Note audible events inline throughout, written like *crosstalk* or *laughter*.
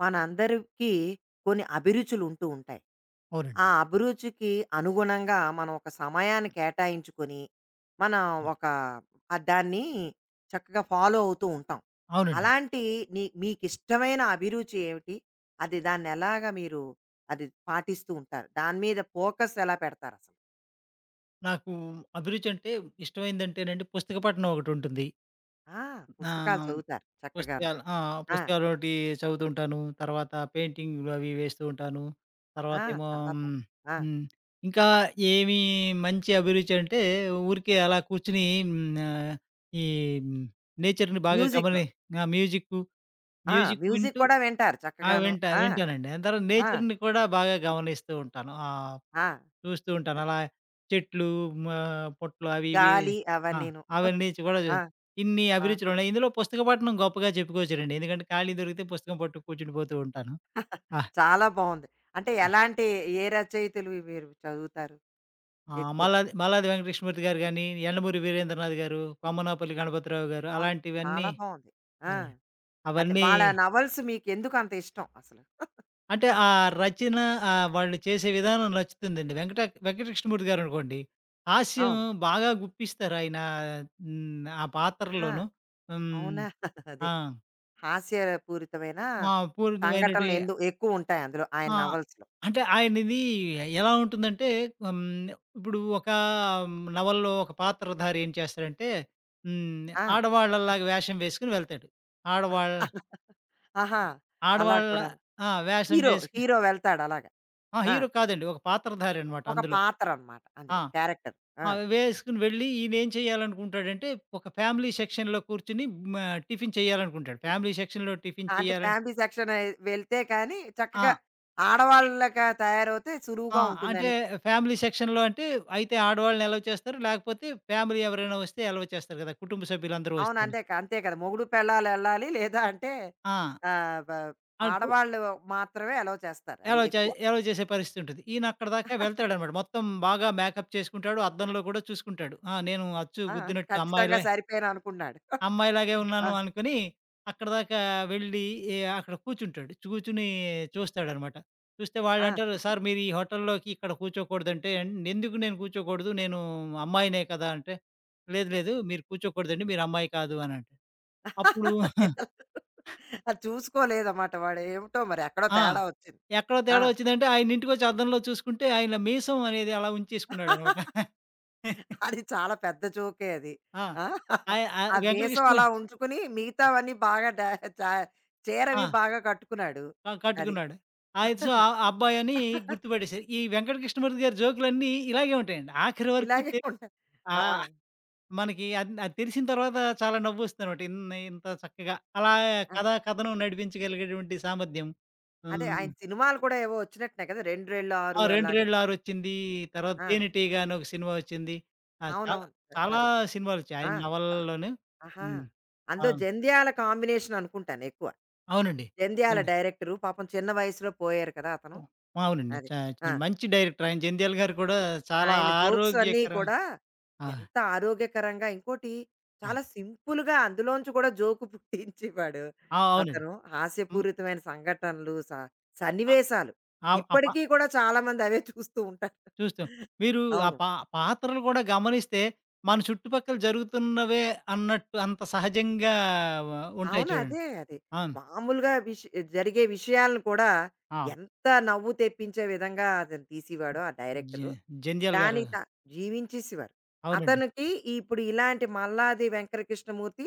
మనందరికీ కొన్ని అభిరుచులు ఉంటూ ఉంటాయి. ఆ అవునండి. అభిరుచికి అనుగుణంగా మనం ఒక సమయాన్ని కేటాయించుకొని, మనం ఒక దాన్ని చక్కగా ఫాలో అవుతూ ఉంటాం. అవునండి. అలాంటి నీ మీకిష్టమైన అభిరుచి ఏమిటి? అది దాన్నెలాగా మీరు అది పాటిస్తూ ఉంటారు? దాని మీద ఫోకస్ ఎలా పెడతారసలు? నాకు అభిరుచి అంటే ఇష్టమైందంటేనండి పుస్తక పఠనం ఒకటుంటుంది. ఆ! నా పుస్తకాలు చదువుతారు చక్కగాను. పుస్తకాలు ఆ! పుస్తకాలొకటి చదువుతుంటాను. తర్వాత పెయింటింగ్‌లు అవి వేస్తూ ఉంటాను. ఆ! తర్వాతేమో చాలా బావుంది. ఆ! హ్మ్. ఇంకా ఏమి మంచి అభిరుచి అంటే ఊరికే అలా కూర్చొని హ్మ్. ఆహ్, ఈ నేచర్‌ని బాగా మ్యూజిక్. గమని ఆ! ఆ! మ్యూజిక్ మ్యూజిక్ వింటూ కూడా వింటారు ఆ! చక్కగాను. ఆ! వింటానండి. దాని తర్వాత ఆ! నేచర్‌ని కూడా బాగా గమనిస్తూ ఉంటాను. ఆ! ఆ! చూస్తూ ఉంటాను. అలా చెట్లు మా పుట్టలు అవి ఇవి గాలి ఆ! అవన్నీను. అవన్నీ కూడా చూ- ఆ! ఇన్ని ఆ! అభిరుచులున్నాయి. ఇందులో పుస్తక పఠనం గొప్పగా చెప్పుకోవచ్చునండి. ఎందుకంటే ఖాళీ దొరికితే పుస్తకం పట్టుకు కూర్చుండిపోతూ ఉంటాను. ఆ! చాలా బావుంది. అంటే ఎలాంటి ఏ రచయితలు మీరు చదువుతారు ఆ! ఎక్కువ? మల్లాది మల్లాది వెంకటకృష్ణమూర్తి గారు గాని, యండమూరి వీరేంద్రనాథ్ గారు, కొమ్మనాపల్లి గణపతిరావు గారు అబ్బా! అలాంటివన్నీ. చాలా బావుంది. ఆ! హ్మ్. అంటే అవన్నీ వాళ్ళ నవల్స్ మీకెందుకంత ఇష్టం అసలు? అంటే ఆ రచన, వాళ్ళు చేసే విధానం నచ్చుతుందండి. వెంకటకృష్ణమూర్తి గారనుకోండి, హాస్యం అవును. బాగా గుప్పిస్తారు ఆయన. హ్మ్. ఆ ఆహా! పాత్రలోను. హ్మ్. అవునా? *laughs* అది. ఆ! హాస్యపూరితమైన ఆ! పూరితమైనటి సంఘటనలు ఎందు ఎక్కువుంటాయి అందులో ఆయన ఆ! నవల్స్‌లో. అంటే ఆయనది ఎలా ఉంటుందంటే హ్మ్. ఇప్పుడు ఒక నవల్లో ఒక పాత్రధారి ఏం చేస్తాడంటే హ్మ్. ఆ! ఆడవాళ్ళలాగా వేషం వేసుకొని వెళ్తాడు. ఆడవాళ్ళ *laughs* ఆహా! అలా ఆడవాళ్ళ కూడాను. ఆ! వేషం హీరో, వేసుకొని హీరో వెళ్తాడు అలాగా. ఆ! ఆ! హీరో కాదండి. ఒక పాత్రధారి అనమాట ఒక అందులో. పాత్రనమాట ఆ! అందులో క్యారెక్టర్. ఆ! ఆ! వేసుకొని వెళ్ళి ఈయనేం చేయాలనుకుంటాడంటే ఒక ఫ్యామిలీ సెక్షన్‌లో కూర్చొని మ టిఫిన్ చేయాలనుకుంటాడు. ఫ్యామిలీ సెక్షన్‌లో టిఫిన్ అంటే చేయాలంటే ఫ్యామిలీ సెక్షన్ వెళ్తే కానీ ఆ! చక్కగా ఆడవాళ్ళగా తయారవుతే ఆ! సులువుగా అంటే ఉంటుందని. ఫ్యామిలీ సెక్షన్‌లో అంటే అయితే ఆడవాళ్ళని ఎలౌ చేస్తారు. లేకపోతే ఫ్యామిలీ ఎవరైనా వస్తే ఎలౌ చేస్తారు కదా! కుటుంబ సభ్యులందరూ అవును. వస్తేను. అంతే క అంతే కదా! మొగుడు పెళ్ళాలు ఎళ్ళాలి. లేదా అంటే ఆ! బ అటు ఆడవాళ్ళు మాత్రమే అలౌ చేస్తారు. అది ఎలౌ చే ఎక్కువ. ఎలౌ చేసే పరిస్థితి ఉంటది. ఈయన అక్కడిదాకా వెళ్తాడనమాట. మొత్తం బాగా మేకప్ చేసుకుంటాడు. అద్దంలో కూడా చూసుకుంటాడు. ఆ! నేను అచ్చు ఆ! గుద్దినట్టు ఖచ్చితంగా అమ్మాయిలే సరిపోయాననుకున్నాడు. అమ్మాయిలాగే ఉన్నాను ఆ! అనుకుని అక్కడిదాకా వెళ్ళి ఏ అక్కడ కూర్చుంటాడు. కూర్చొని చూస్తాడనమాట. చూస్తే ఆ! వాళ్ళంటారు, "సార్ మీరు ఈ హోటల్‌లోకి ఇక్కడ కూర్చోకూడదంటే". "ఎందుకు నేను కూర్చోకూడదు? నేను అమ్మాయినే కదా!" అంటే, "లేదు లేదు మీరు కూర్చోకూడదండి. మీరు అమ్మాయి కాదు" అని అంటాడు. అప్పుడు *laughs* అది చూసుకోలేదన్నమాట వాడు. ఏమిటో మరి ఎక్కడో ఆ! తేడా వచ్చింది. ఎక్కడో తేడా వచ్చిందంటే ఆయన ఇంటికొచ్చి అద్దంలో చూసుకుంటే ఆయన మీసం అనేది అలా ఆ! ఉంచేసుకున్నాడనమాట. *laughs* అది చాలా పెద్ద జోకే అది. ఆ! ఆ! *laughs* ఆయ ఆ! ఆ మీసం వెంకటకృష్ణ అలా ఉంచుకుని మిగతావన్నీ బాగా డా చా ఆ! చీరవి బాగా కట్టుకున్నాడు. ఆ! అది. కట్టుకున్నాడు. అయితే సో, ఆ అబ్బాయని *laughs* గుర్తుపట్టేసారు. ఈ వెంకట కృష్ణమూర్తి గారి జోకులన్నీ ఇలాగే ఉంటాయండి. ఆఖరి వరకు ఇలాగే తె ఉంటాయి. ఆ! ఆహ్, మనకి అది అది తెలిసిన తర్వాత చాలా నవ్వొస్తుందనమాట. ఇంత చక్కగా అలా అదే. కథా కథనం నడిపించగలిగేటువంటి సామర్థ్యం. అదే హ్మ్. ఆయన సినిమాలు కూడా ఏవో వచ్చినట్టున్నాయి కదా! 2, 2, ఆ! 6 'రెండు అలాగా. 2.6' వచ్చింది. తర్వాత ఆ! 'తేనెటీగ' అని ఒక సినిమా వచ్చింది. ఆ! చాలా అవునవును. చాలా అదే. సినిమాలొచ్చాయి. ఆ! ఆయన ఆ- నవలల్లోను. ఆహా! హ్మ్. అందులో అవును. జంధ్యాల కాంబినేషన్ అనుకుంటాను ఎక్కువ. అవునండి. జంధ్యాల హ్మ్. డైరెక్టరు పాపం చిన్న వయసులో పోయారు కదా! అతను. అవునండి. అది. చ ఆ! చ మంచి డైరెక్టర్ ఆయన. జంధ్యాల గారు కూడా చాలా ఆయన జోక్స్ అన్నీ ఆరోగ్యకరం. కూడా ఆ! ఎంత ఆరోగ్యకరంగా ఇంకోటి ఆ! చాలా సింపుల్‌గా అందులోంచి కూడా జోకు పుట్టించేవాడు ఆ! అవునండి. అతను. హ్మ్. హాస్యపూరితమైన సంఘటనలు, స సన్నివేశాలు ఆహ్, ఆహ్, ఆ! ప ఇప్పటికీ కూడా చాలామంది అవే చూస్తూ ఉంటారు. చూస్తాం. మీరు ఆ అవును. పా పాత్రలు కూడా గమనిస్తే మన చుట్టుపక్కల జరుగుతున్నవే అన్నట్టు అంత సహజంగా వ ఉంటాయి అవును. చూడండి. అదే అది. అవును. మామూలుగా విష్ జరిగే విషయాలను కూడా ఆ! ఎంత నవ్వు తెప్పించే విధంగా అతను తీసేవాడో ఆ జ డైరెక్టరు. 'జంధ్యాల' గారు. దానికి త జీవించేసేవారు. అవునండి. అతనికి ఇప్పుడు ఇలాంటి మల్లాది వెంకటకృష్ణమూర్తి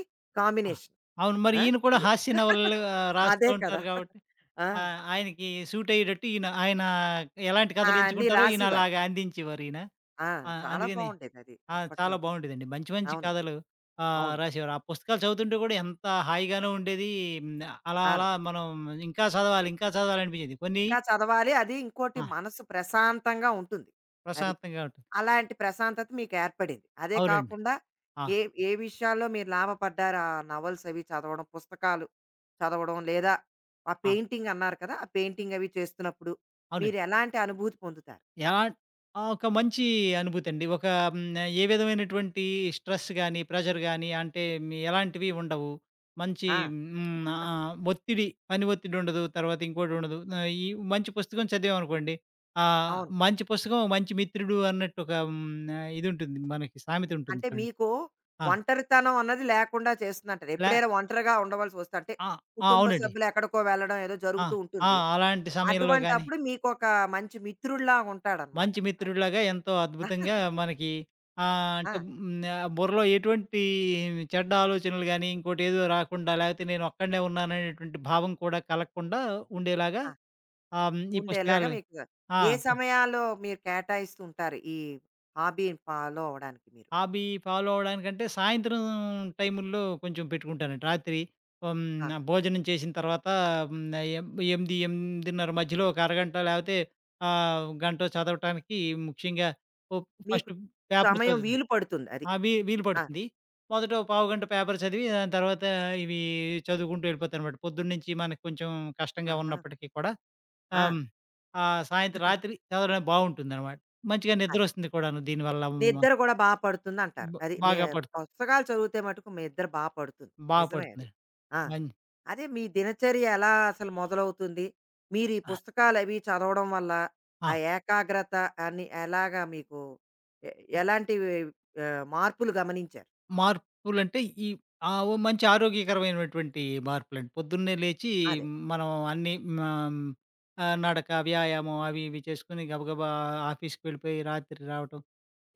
ఆ! కాంబినేషన్. అవును. మరి ఆ! ఈయన కూడా ఎ హాస్య *laughs* నవలలు రాస్తూ అదే కదా! ఉంటారు కాబట్టి ఆ! ఆ! ఆయనకి సూట్ అయ్యేటట్టు ఆయన ఎలాంటి ఆ! కథలు అన్నీ ఎంచుకుంటారో ఈయన రాసేవారు. అలాగా అందించేవారు ఈయన. ఆ! ఆ! చాలా అందుకని బావుండేదది ఆ! చాలా అప్పట్లో. బావుండేదండి. మంచి మంచి అవును. కథలు అవును. రాసేవారు. ఆ పుస్తకాలు చదువుతుంటే కూడా ఎంత హాయిగానో ఉండేది. హ్మ్. అలా అవును. అలా మనం ఇంకా చదవాలి, ఇంకా చదవాలనిపించేది. కొన్ని ఇంకా చదవాలి. అది ఇంకోటి ఆ! మనసు ప్రశాంతంగా ఉంటుంది. అది. ప్రశాంతంగా ఉంటుంది. అలాంటి ప్రశాంతత మీకు ఏర్పడింది. అదే అవునండి. కాకుండా ఆ! ఏ ఏ విషయాల్లో మీరు లాభపడ్డారు? ఆ నవల్స్ అవి చదవడం, పుస్తకాలు చదవడం లేదా ఆ ఆ! పెయింటింగ్ అన్నారు కదా! ఆ పెయింటింగ్ అవి చేస్తున్నప్పుడు మీరు అవునండి. ఎలాంటి అనుభూతి పొందుతారు? ఎలా ఆ! ఒక మంచి అనుభూతండి. ఒక ఏ విధమైనటువంటి స్ట్రెస్ గాని, ప్రెషర్ గాని అంటే మీ ఎలాంటివి ఉండవు. మంచి ఆ! హ్మ్, ఒత్తిడి, పని ఒత్తిడి ఉండదు. తర్వాత ఇంకోటి ఉండదు. ఈ మంచి పుస్తకం చదివామనుకోండి. ఆహ్, అవును. మంచి పుస్తకం, మంచి మిత్రుడు అన్నట్టు ఒక హ్మ్, ఇదుంటుంది. మనకి సామెత ఉంటుంది అంటే చూడండి. మీకు ఆ! ఒంటరితనం అన్నది లేకుండా చేస్తుందంటారు. లే ఎప్పుడైనా ఒంటరిగా ఉండవలసి వస్తే అంటే ఆ! ఆ! కుటుంబ అవునండి. సభ్యులు ఎక్కడికో వెళ్ళడం ఏదో ఆ! జరుగుతూ ఆ! ఉంటుంది. అలాంటి సమయంలో గాని అటువంటప్పుడు మీకొక మంచి మిత్రుడిలాగా ఉంటాడనమాట. మంచి మిత్రుడిలాగా ఎంతో అద్భుతంగా *laughs* అది. మనకి ఆ! అంటే హ్మ్, బుర్రలో ఎటువంటి చెడ్డ ఆలోచనలు గాని, ఇంకోటి ఏదో రాకుండా లేకపోతే నేను ఒక్కడినే ఉన్నాననేటువంటి భావం కూడా కలగకుండా ఉండేలాగా ఆ! ఆహ్, హ్మ్, ఈ ఉండేలాగా పుస్తకాలు మీకు ఆ! ఏ సమయాల్లో మీరు కేటాయిస్తూ ఉంటారు ఈ హాబీని ఫాలో అవ్వడానికి మీరు? హాబీ ఫాలో అవ్వడానికంటే సాయంత్రం టైముల్లో కొంచెం పెట్టుకుంటానండి. రాత్రి ఆ! హ్మ్, భోజనం చేసిన తర్వాత హ్మ్, ఎం 8, 8:30 మధ్యలో ఒక అరగంట లేకపోతే ఆహ్, గంటో చదవటానికి ముఖ్యంగా ఓ మీకు ఫస్ట్ పేపర్ సమయం చదువు వీలు పడుతుంది అది. ఆ! వీలు ఆ! పడుతుంది. మొదట ఓ పావుగంట పేపర్ చదివి దాని తర్వాత ఇవి చదువుకుంటూ వెళ్ళిపోతానమాట. పొద్దున్నుంచి మనకు కొంచెం కష్టంగా ఆహా! ఉన్నప్పటికీ కూడా ఆ! ఆహ్, హ్మ్, ఆహ్, సాయంత్రం రాత్రి చదవడం బావుంటుందనమాట. మంచిగా అది. నిద్రొస్తుంది కూడాను దీనివల్ల హ్మ్, నిద్ర కూడా బా పడుతుందంటారు. బ అది నే బాగా పడు పుస్తకాలు చదివితే మటుకు మీ నిద్ర బా పడుతుంది. బాగా నిజమే అది. పడుతుంది. ఆ! మం అదే మీ దినచర్య ఎలా అసలు మొదలవుతుంది? మీరు ఈ ఆ! పుస్తకాలవి చదవడం వల్ల ఆ ఆ! ఏకాగ్రత అని ఎలాగా మీకు ఎ ఎలాంటివి మార్పులు గమనించారు? మార్పులంటే ఈ ఆ! ఓ మంచి ఆరోగ్యకరమైనటువంటి మార్పులండి. పొద్దున్నే లేచి అదే. మనం అన్నీ ఆహ్, ఆహ్, నడక, వ్యాయామం అవి ఇవి చేసుకొని గబగబా ఆఫీస్‌కి వెళ్ళిపోయి రాత్రి రావటం.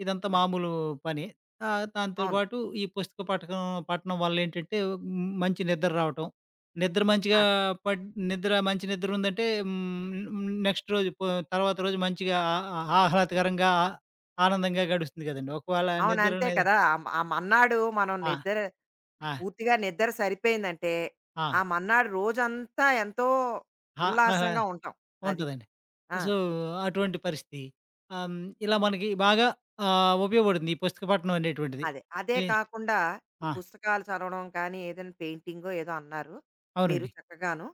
ఇదంతా అన్ మామూలు పనే. ఆహ్, దాంతో అవును. పాటు ఈ పుస్తక పఠకం పఠనం వల్లేంటంటే హ్మ్, మంచి నిద్ర రావటం. నిద్ర ఆ! మంచిగా పడ్ నిద్ర నిద్ర ఉందంటే హ్మ్, నెక్స్ట్ రోజు పో తర్వాత రోజు మంచిగా ఆ ఆ- ఆహ్లాదకరంగా ఆనందంగా గడుస్తుంది కదండీ! ఒకవేళ అవును. నిద్ర అంతే అనేది కదా! ఆ మన్నాడు మనం ఆ! నిద్ర ఆ! పూర్తిగా నిద్ర సరిపోయిందంటే, ఆ! ఆ మన్నాడు రోజంతా ఎంతో ఆ! ఆహా! ఉల్లాసంగా ఉంటాం. అది. ఉంటదండి. ఆ! సో, అటువంటి పరిస్థితి. ఆహ్, హ్మ్, ఇలా మనకి బాగా ఉపయోగపడుతుంది ఈ పుస్తక పఠనం అనేటువంటిది. అదే. అదే ఈ కాకుండా ఈ ఆ! పుస్తకాలు చదవడం కానీ, ఏదైనా పెయింటింగో ఏదో అన్నారు మీరు అవునండి. చక్కగాను.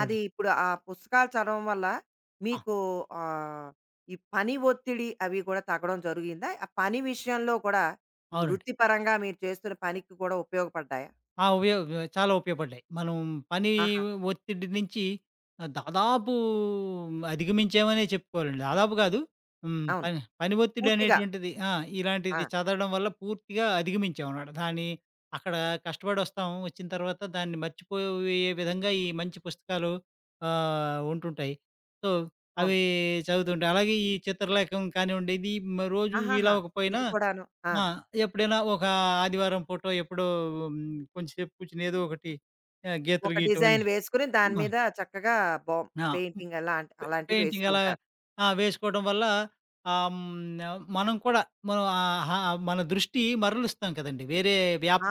అది ఇప్పుడు ఆ పుస్తకాలు చదవడం వల్ల ఆ! మీకు ఆహ్, ఈ పని ఒత్తిడి అవి కూడా తగ్గడం జరిగిందా? ఆ పని విషయంలో కూడా ఇప్పుడు అవునండి. వృత్తిపరంగా మీరు చేస్తున్న పనికి కూడా ఉపయోగపడ్డాయా? ఆ! చాలా ఉపయోగపడ్డాయి. మనం పని ఆహా! ఒత్తిడి నుంచి ఆహ్, దాదాపు అధిగమించామనే చెప్పుకోవాలండి. దాదాపు కాదు. హ్మ్. అవును. పని పని ఒత్తిడి పూర్తిగా. అనేటువంటిది ఆ! ఇలాంటిది ఆ! చదవడం వల్ల పూర్తిగా అధిగమించామనమాట. దాన్ని అక్కడ కష్టపడొస్తాం. వచ్చిన తర్వాత దాన్ని మర్చిపోయే విధంగా ఈ మంచి పుస్తకాలు ఆహ్, ఉంటుంటాయి. సో, అవును. అవి చదువుతుంటాయి. అలాగే ఈ చిత్రలేఖనం కానివ్వండి, ఇది మ రోజు ఆహాహా! వీలవ్వకపోయినా ఇది కూడాను. ఆ! ఆ! ఎప్పుడైనా ఒక ఆదివారం పూటో ఎప్పుడో హ్మ్, కొంచెంసేపు కూర్చొని ఏదో ఒకటి ఒక గీతలు గీయటం డిజైన్ అని వేసుకొని దాని ఆ! మీద చక్కగా బొ ఆ! పెయింటింగ్ అలాంటి అలాంటివి పెయింటింగ్ వేస్తూ అలా ఉంటారు. ఆ! వేసుకోవడం వల్ల ఆహ్, హ్మ్, మనం ఆహ్, ఆ! మన దృష్టి మరలుస్తాం కదండీ. వేరే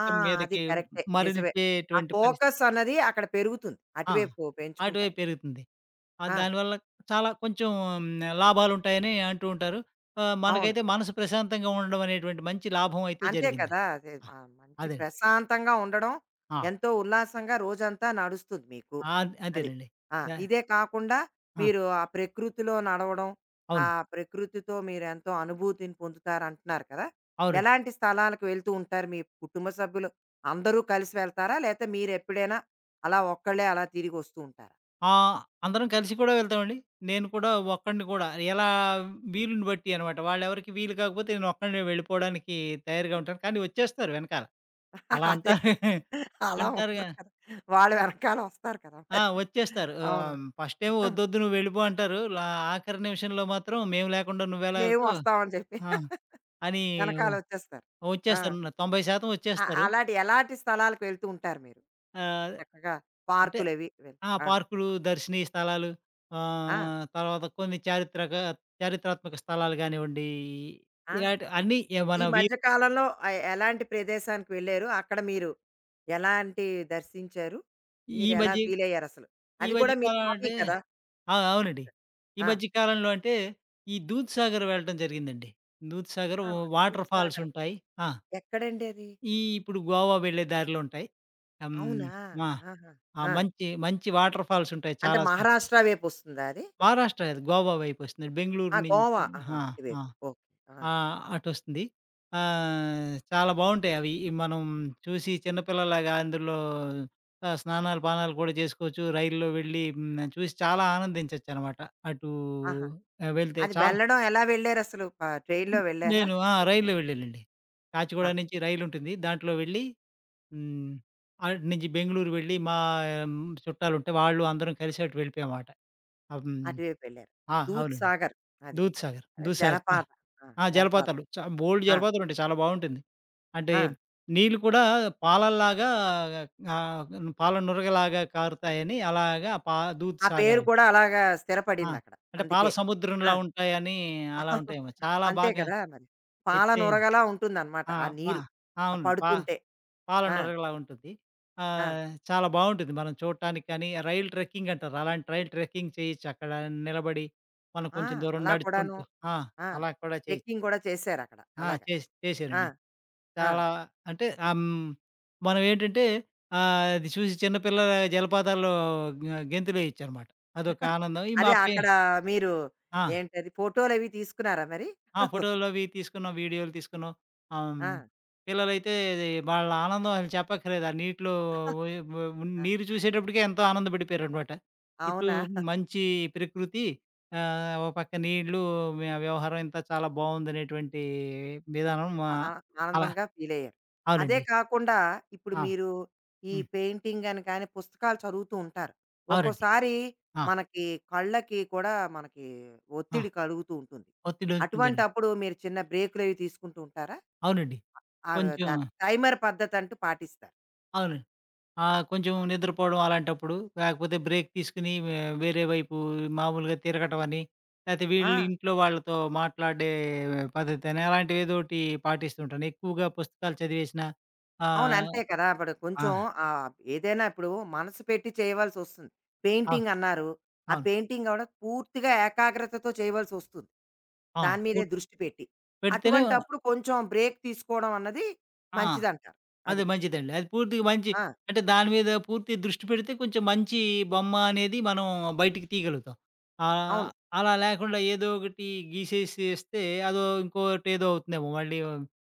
ఆ! అది మీదకి కరెక్టే. నిజమే. ఆ మరల్చేటువంటి పరిస్థితి ఫోకస్ అన్నది అక్కడ పెరుగుతుంది. ఆ! అటువైపు పెంచుకుంటారు. అటువైపు పెరుగుతుంది. ఆహ్, ఆ! దానివల్ల చాలా కొంచెం లాభాలుంటాయని అంటూ ఉంటారు. ఆహ్, అవును. మనకైతే మనసు ప్రశాంతంగా ఉండడం అనేటువంటి మంచి లాభం అయితే అంతే జరిగింది. కదా! అదే ఆ! మ మంచి అదే. ప్రశాంతంగా ఉండడం, ఆ! ఎంతో ఉల్లాసంగా రోజంతా నడుస్తుంది మీకు. ఆ! అది. అంతేనండి. ఆ! యాహ్! ఇదే కాకుండా ఆ! మీరు ఆ ప్రకృతిలో నడవడం, ఆ అవును. ప్రకృతితో మీరెంతో అనుభూతిని పొందుతారంటున్నారు కదా! అవునండి. ఎలాంటి స్థలాలకు వెళ్తూ ఉంటారు? మీ కుటుంబ సభ్యులు అందరూ కలిసి వెళ్తారా? లేతే మీరెప్పుడైనా అలా ఒక్కళ్ళే అలా తిరిగొస్తూ ఉంటారా? ఆహ్, అందరం కలిసి కూడా వెళ్తామండి. నేను కూడా ఒక్కడిని కూడా ఎలా వీలుని బట్టి అనమాట. వాళ్ళెవరికీ వీలు కాకపోతే నేను ఒక్కడినే వెళ్ళిపోవడానికి తయారుగా ఉంటాను. కానీ వచ్చేస్తారు వెనకాల. అలా *laughs* అదే. అంటారు *laughs* అలా అంటారుగా ఉండరు కదా! వాళ్ళు వెనకాల వస్తారు కదా! ఆ! మరి. వచ్చేస్తారు. అవును. ఆహ్, ఫస్టేమో "వద్దొద్దు నువ్వు వెళ్ళిపో" అంటారు. లా ఆఖరి నిమిషంలో మాత్రం మేము లేకుండా నువ్వెలా మేము వెళ్తావు వస్తామని చెప్పి. ఆ! అని వెనకాలొచ్చేస్తారు. ఆ! వచ్చేస్తారు. 90% అ వచ్చేస్తారు. అలాంటి ఎలాంటి స్థలాలకు వెళ్తూ ఉంటారు మీరు? ఆహ్, చక్కగా అంటే పార్కులవి వెళ్ ఆ! ఆ! పార్కులు, దర్శనీయ స్థలాలు ఆ! ఆహ్, తర్వాత కొన్ని చారిత్రాత్మక స్థలాలు గానివ్వండి, ఆ! ఇలాంటి అన్నీ ఎ మన ఈ వి మధ్య కాలంలో ఎలాంటి ప్రదేశానికి వెళ్లారు? అక్కడ మీరు ఎలాంటి దర్శించారు? ఈ మీరెలా మధ్య ఫీలయ్యారసలు? ఈ అది మధ్య కూడా మీ కాలం హాబీ అంటే కదా! ఆ! అవునండి. ఈ ఆ! మధ్య కాలంలో అంటే ఈ దూద్‌సాగర్ వెళ్ళడం జరిగిందండి. దూద్‌సాగర్ ఆహా! Water falls Dudhsagar. ఉంటాయి. ఆ! ఎక్కడండి అది? ఈ ఇప్పుడు గోవా వెళ్ళే దారిలో ఉంటాయి. హ్మ్. అవునా! మా ఆహా! ఆ! ఆ! మంచి మంచి వాటర్ ఫాల్స్ ఉంటాయి అంటే చాలా స మహారాష్ట్ర వైపొస్తుందా అది? మహారాష్ట్ర కాదు గోవా వైపు వస్తుంది. బెంగుళూరు ఆ! గోవా. నుంచి ఆహా! ఆ! ఆ! అటువైపు. ఓకే. ఆ! ఆ! అటొస్తుంది. ఆహ్, చాలా బావుంటాయవి. ఈ మనం చూసి చిన్నపిల్లలాగా అందులో ఆహ్, స్నానాలు, పానాలు కూడా చేసుకోవచ్చు. రైల్లో వెళ్ళి హ్మ్. చూసి చాలా ఆనందించొచ్చనమాట. అటూ ఆహా! ఆహ్, వెళ్తే అది చాల్ వెళ్ళడం ఎలా వెళ్లారసలు? ట్రైన్‌లో వెళ్లారా? నేను ఆ! రైల్‌లో వెళ్ళానండి. కాచిగూడ ఆహా! నుంచి రైలుంటుంది. దాంట్లో వెళ్ళి హ్మ్. అటు నుంచి బెంగుళూరు వెళ్ళి మా చుట్టాలుంటే వాళ్ళు అందరం కలిసి అటు వెళ్ళిపోయామమాట. హ్మ్. అటువైపు వెళ్లారు. ఆ! అవునండి. దూద్‌సాగర్ అది. దూద్‌సాగర్. అదే దూద్‌సాగర్ జలపాతం. ఆ! ఆ! జలపాతం. జలపాతాలు. చ బోలెడు ఆ! జలపాతాలుంటాయి. చాలా బావుంటుంది. అంటే ఆ! నీళ్ళు కూడా పాలల్లాగా ఆహ్, పాల నురగలాగా కారుతాయని అలాగా పా దూత్ ఆ పేరు సాగర్. కూడా అలాగా ఆ! స్థిరపడిందక్కడ. అంటే పాల అందుకే. ఆ! సముద్రంలా ఉంటాయని అలా ఉంటాయేమో. చాలా అంతే బాగా కదా! మరి. ఎత్తైన పాలనురగలా ఉంటుందన్నమాట ఆ! ఆ పా నీరు. ఆ అవును. పా పడుతుంటే. పాల ఆ! నురగలా ఉంటుంది. ఆ! ఆహ్, చాలా బావుంటుంది. మనం చూడటానికి కానీ రైల్ ట్రెక్కింగ్ అంటారు. అలాంటి రైల్ ట్రెక్కింగ్ చేయొచ్చు. అక్కడ నిలబడి మనం ఆ! కొంచెం దూరం అలా కూడాను. నడుచుకుంటూ ఆ! ఆ! అలా కూడా చేయొచ్చు. ట్రెక్కింగ్ కూడా చేశారక్కడ. ఆ! అలాగా. ఆ! చేశానండి. ఆ! చాలా అంటే ఆహ్, హ్మ్, మనమేంటంటే ఆహ్, అది చూసి చిన్నపిల్లల జలపాతాల్లో గ గెంతులేయొచ్చనమాట. అదొక ఆనందం. ఈ అదే మా పే అక్కడ మీరు ఆ! ఏంటది ఫోటోలవి తీసుకున్నారా మరి? ఆ! ఫోటోలు అవి తీసుకున్నాం, వీడియోలు తీసుకున్నాం. ఆహ్, హ్మ్, ఆ! పిల్లలైతే ఇది వాళ్ళ ఆనందం అసలు చెప్పక్కర్లేదు. ఆ నీటిలో ఒయ్ వ ఆ! నీరు చూసేటప్పటికే ఎంతో ఆనందపడిపోయారనమాట. చుట్టూ అవునా? మంచి ప్రకృతి, ఆహ్, ఓ పక్క నీళ్ళు, వ్యవహారం ఇంతా చాలా బావుందనేటువంటి విధానం మా ఆ ఆ అలా ఆనందంగా ఫీలయ్యారు. అదే అవునండి. కాకుండా ఇప్పుడు ఆ! మీరు ఈ హ్మ్. పెయింటింగ్ అని కానీ పుస్తకాలు చదువుతూ ఉంటారు. అవునండి. ఒక్కోసారి ఆ! మనకి కళ్ళకి కూడా మనకి ఆ! ఒత్తిడి కలుగుతూ ఉంటుంది. ఒత్తిడొస్తుందండి. అటువంటప్పుడు మీరు చిన్న బ్రేకులవి తీసుకుంటూ ఉంటారా? అవునండి. కొంచెం దాని టైమర్ పద్ధతంటూ పాటిస్తారు. అవునండి. ఆహ్, కొంచెం నిద్రపోవడం అలాంటప్పుడు, లేకపోతే బ్రేక్ తీసుకొని వే వేరే వైపు మామూలుగా తిరగటం అని, లేతే వీళ్ళు ఆ! ఇంట్లో వాళ్ళతో మాట్లాడే పద్ధతి అని అలాంటివేదోటి పాటిస్తుంటాను. ఎక్కువగా పుస్తకాలు చదివేసిన అవును. ఆహ్, అంతే కదా! ఇప్పుడు ఆ! కొంచెం ఆహ్, ఏదైనా ఇప్పుడు మనసు పెట్టి చేయవలసొస్తుంది. ఆ! పెయింటింగ్ అన్నారు. ఆ అవును. పెయింటింగ్ కూడా పూర్తిగా ఏకాగ్రతతో చేయవలసొస్తుంది. ఆ! దాని మీదే పూర్తి దృష్టి పెట్టి. పెడితేనే అటువంటప్పుడు కొంచెం బ్రేక్ తీసుకోవడం అన్నది ఆ! మంచిదంటారు. అది. అది మంచిదండి. అది పూర్తిగా మంచి ఆ! అంటే దాని మీద పూర్తి దృష్టి పెడితే కొంచెం మంచి బొమ్మ అనేది మనం బయటికి తీయగలుగుతాం. ఆహ్, అవును. అలా లేకుండా ఏదో ఒకటి గీసేసేస్తే అదో ఇంకోటి ఏదో అవుతుందేమో మళ్ళీ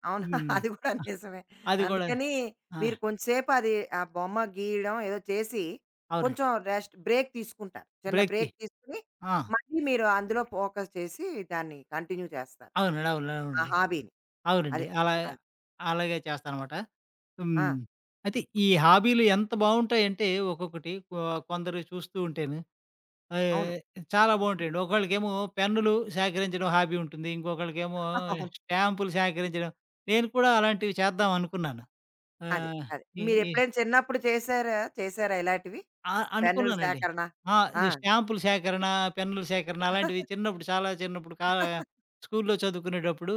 అవును. *laughs* హ్మ్. అది కూడా అహ్, నిజమే. అది కూడా అందుకని ఆ! మీరు కొంచెంసేపు అది ఆ బొమ్మ గీయడం ఏదో చేసి అవునండి. కొంచెం రెస్ట్ బ్రేక్ తీసుకుంటారు. చిన్న బ్రేక్‌కి బ్రేక్ తీసుకొని ఆ! మళ్ళీ మీరు అందులో ఫోకస్ చేసి దాన్ని కంటిన్యూ చేస్తారు. అవునండి. అవును. ఆ అవునండి. హాబీని. అవునండి. అదే. అలా అది. అలాగే చేస్తానన్నమాట. ఆ! హ్మ్. అయితే ఈ హాబీలు ఎంత బావుంటాయంటే ఒక్కొక్కటి కొ కొందరు చూస్తూ ఉంటేను అవును. ఆహ్, చాలా బావుంటాయండి. ఒకళ్ళకేమో పెన్నులు సేకరించడం హాబీ ఉంటుంది. ఇంకొకళ్ళకేమో *laughs* అవును. స్టాంపులు సేకరించడం. నేను కూడా అలాంటివి చేద్దాం అనుకున్నాను. అదే. ఆహ్, అదే. ఈ ఈ మీరెప్పుడైనా చిన్నప్పుడు చేశారా? చేశారా ఇలాంటివి? ఆ! పెన్నుల అనుకున్నానండి. సేకరణ? ఆ! ఆ! ఈ స్టాంపుల సేకరణ, పెన్నుల సేకరణ అలాంటివి *laughs* చిన్నప్పుడు చాలా చిన్నప్పుడు కా స్కూల్లో చదువుకునేటప్పుడు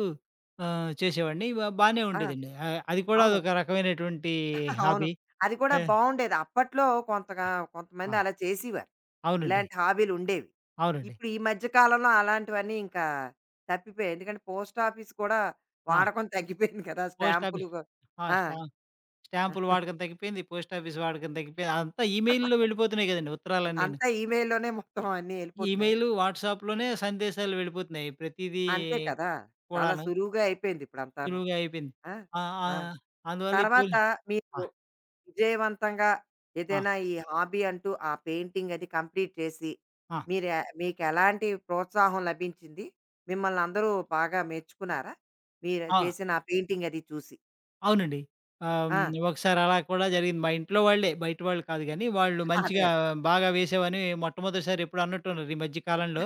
ఆహ్, చేసేవాడిని. బానే ఆ! ఉండేదండి. ఆహ్, అది కూడా అవును. అదొక రకమైనటువంటి *laughs* అవును. హాబీ. అది కూడా ఆహ్, బావుండేది. అప్పట్లో కొంతగా కొంతమంది ఆ! అలా చేసేవారు. అవునండి. ఇలాంటి హాబీలుండేవి. అవునండి. ఇప్పుడు ఈ మధ్య కాలంలో అలాంటివన్నీ ఇంకా తప్పిపోయాయి. ఎందుకంటే పోస్ట్ ఆఫీస్ కూడా ఆ! వాడకం తగ్గిపోయింది కదా! పోస్ట్ స్టాంపులు ఆఫీస్ గ ఆ! ఆ! స్టాంపుల ఆ! వాడకం తగ్గిపోయింది. పోస్టాఫీస్ వాడకం తగ్గిపోయింది. అంతా ఈమెయిల్‌లో వెళ్ళిపోతున్నాయి గదండీ! ఉత్తరాలన్నీను. అంతా ఈమెయిల్‌లోనే మొత్తం ఇ అన్నీ ఎళ్ళిపోతున్నాయి. ఈమెయిల్, వాట్సాప్‌లోనే సందేశాలు వెళ్ళిపోతున్నాయి. ప్రతీదీ అంతే కదా! చాలా కూడాను సులువుగా అయిపోయింది ఇప్పుడంతాను. సులువుగా అయిపోయింది. ఆ! ఆ! ఆ! ఆ! అందువల్ల ఈ తర్వాత పోలి మీకు ఆ! విజయవంతంగా ఆ! ఏదైనా ఈ హాబీ అంటూ ఆ పెయింటింగ్ అది కంప్లీట్ చేసి, ఆ! మీర మీకెలాంటి ప్రోత్సాహం లభించింది? మిమ్మల్ని అందరూ బాగా మెచ్చుకున్నారా? మీరు ఆ! చేసిన ఆ పెయింటింగ్ అది చూసి? అవునండి. ఆహ్, ఆ! హ్మ్. ఒకసారి అలా కూడా జరిగింది. మా ఇంట్లో వాళ్ళే బయట వాళ్ళు కాదు గానీ, వాళ్ళు అదే. మంచిగా బాగా వేశావని మొట్టమొదటిసారి ఎప్పుడో అన్నట్టున్నారు ఈ మధ్య కాలంలో.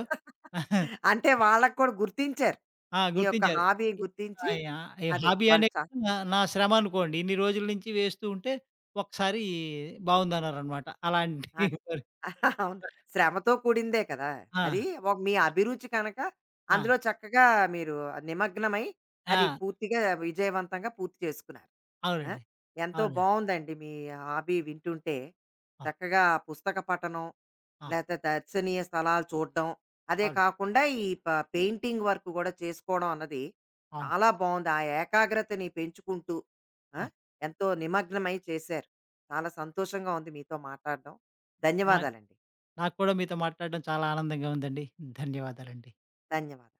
*laughs* అంటే వాళ్ళకి కూడా గుర్తించారు. ఆ! మీ యొక్క గుర్తించారు. హాబీ ఈ గుర్తించి ఆహ్, యాహ్! ఈ అదే హాబీ వాళ్ళు అనేది చ నా నా శ్రమ అనుకోండి. ఇన్ని రోజుల నుంచి వేస్తూ ఉంటే ఒకసారి బావుందన్నారనమాట. అలాంటి అది. *laughs* మరి *laughs* అవును. శ్రమతో కూడిందే కదా! ఆ! అది ఒక మీ అభిరుచి కనుక ఆ! అందులో చక్కగా మీరు నిమగ్నమై అది ఆ! పూర్తిగా విజయవంతంగా పూర్తి చేసుకున్నారు. ఆ! అవునండి. ఎంతో అవునండి. బావుందండి మీ హాబీ వింటుంటే. ఆ! చక్కగా పుస్తక పఠనం, ఆ! లేతే దర్శనీయ స్థలాలు చూడడం, అదే అవును. కాకుండా ఈ ప పెయింటింగ్ వర్క్ గూడా చేసుకోవడం అన్నది అవును. చాలా బావుంది. ఆ ఏకాగ్రతని పెంచుకుంటూ ఆ! అవును. ఎంతో నిమగ్నమై చేశారు. చాలా సంతోషంగా ఉంది మీతో మాట్లాడడం. నా ధన్యవాదాలండి. నాకు కూడా మీతో మాట్లాడడం చాలా ఆనందంగా ఉందండి. ధన్యవాదాలండి. ధన్యవాదాలు.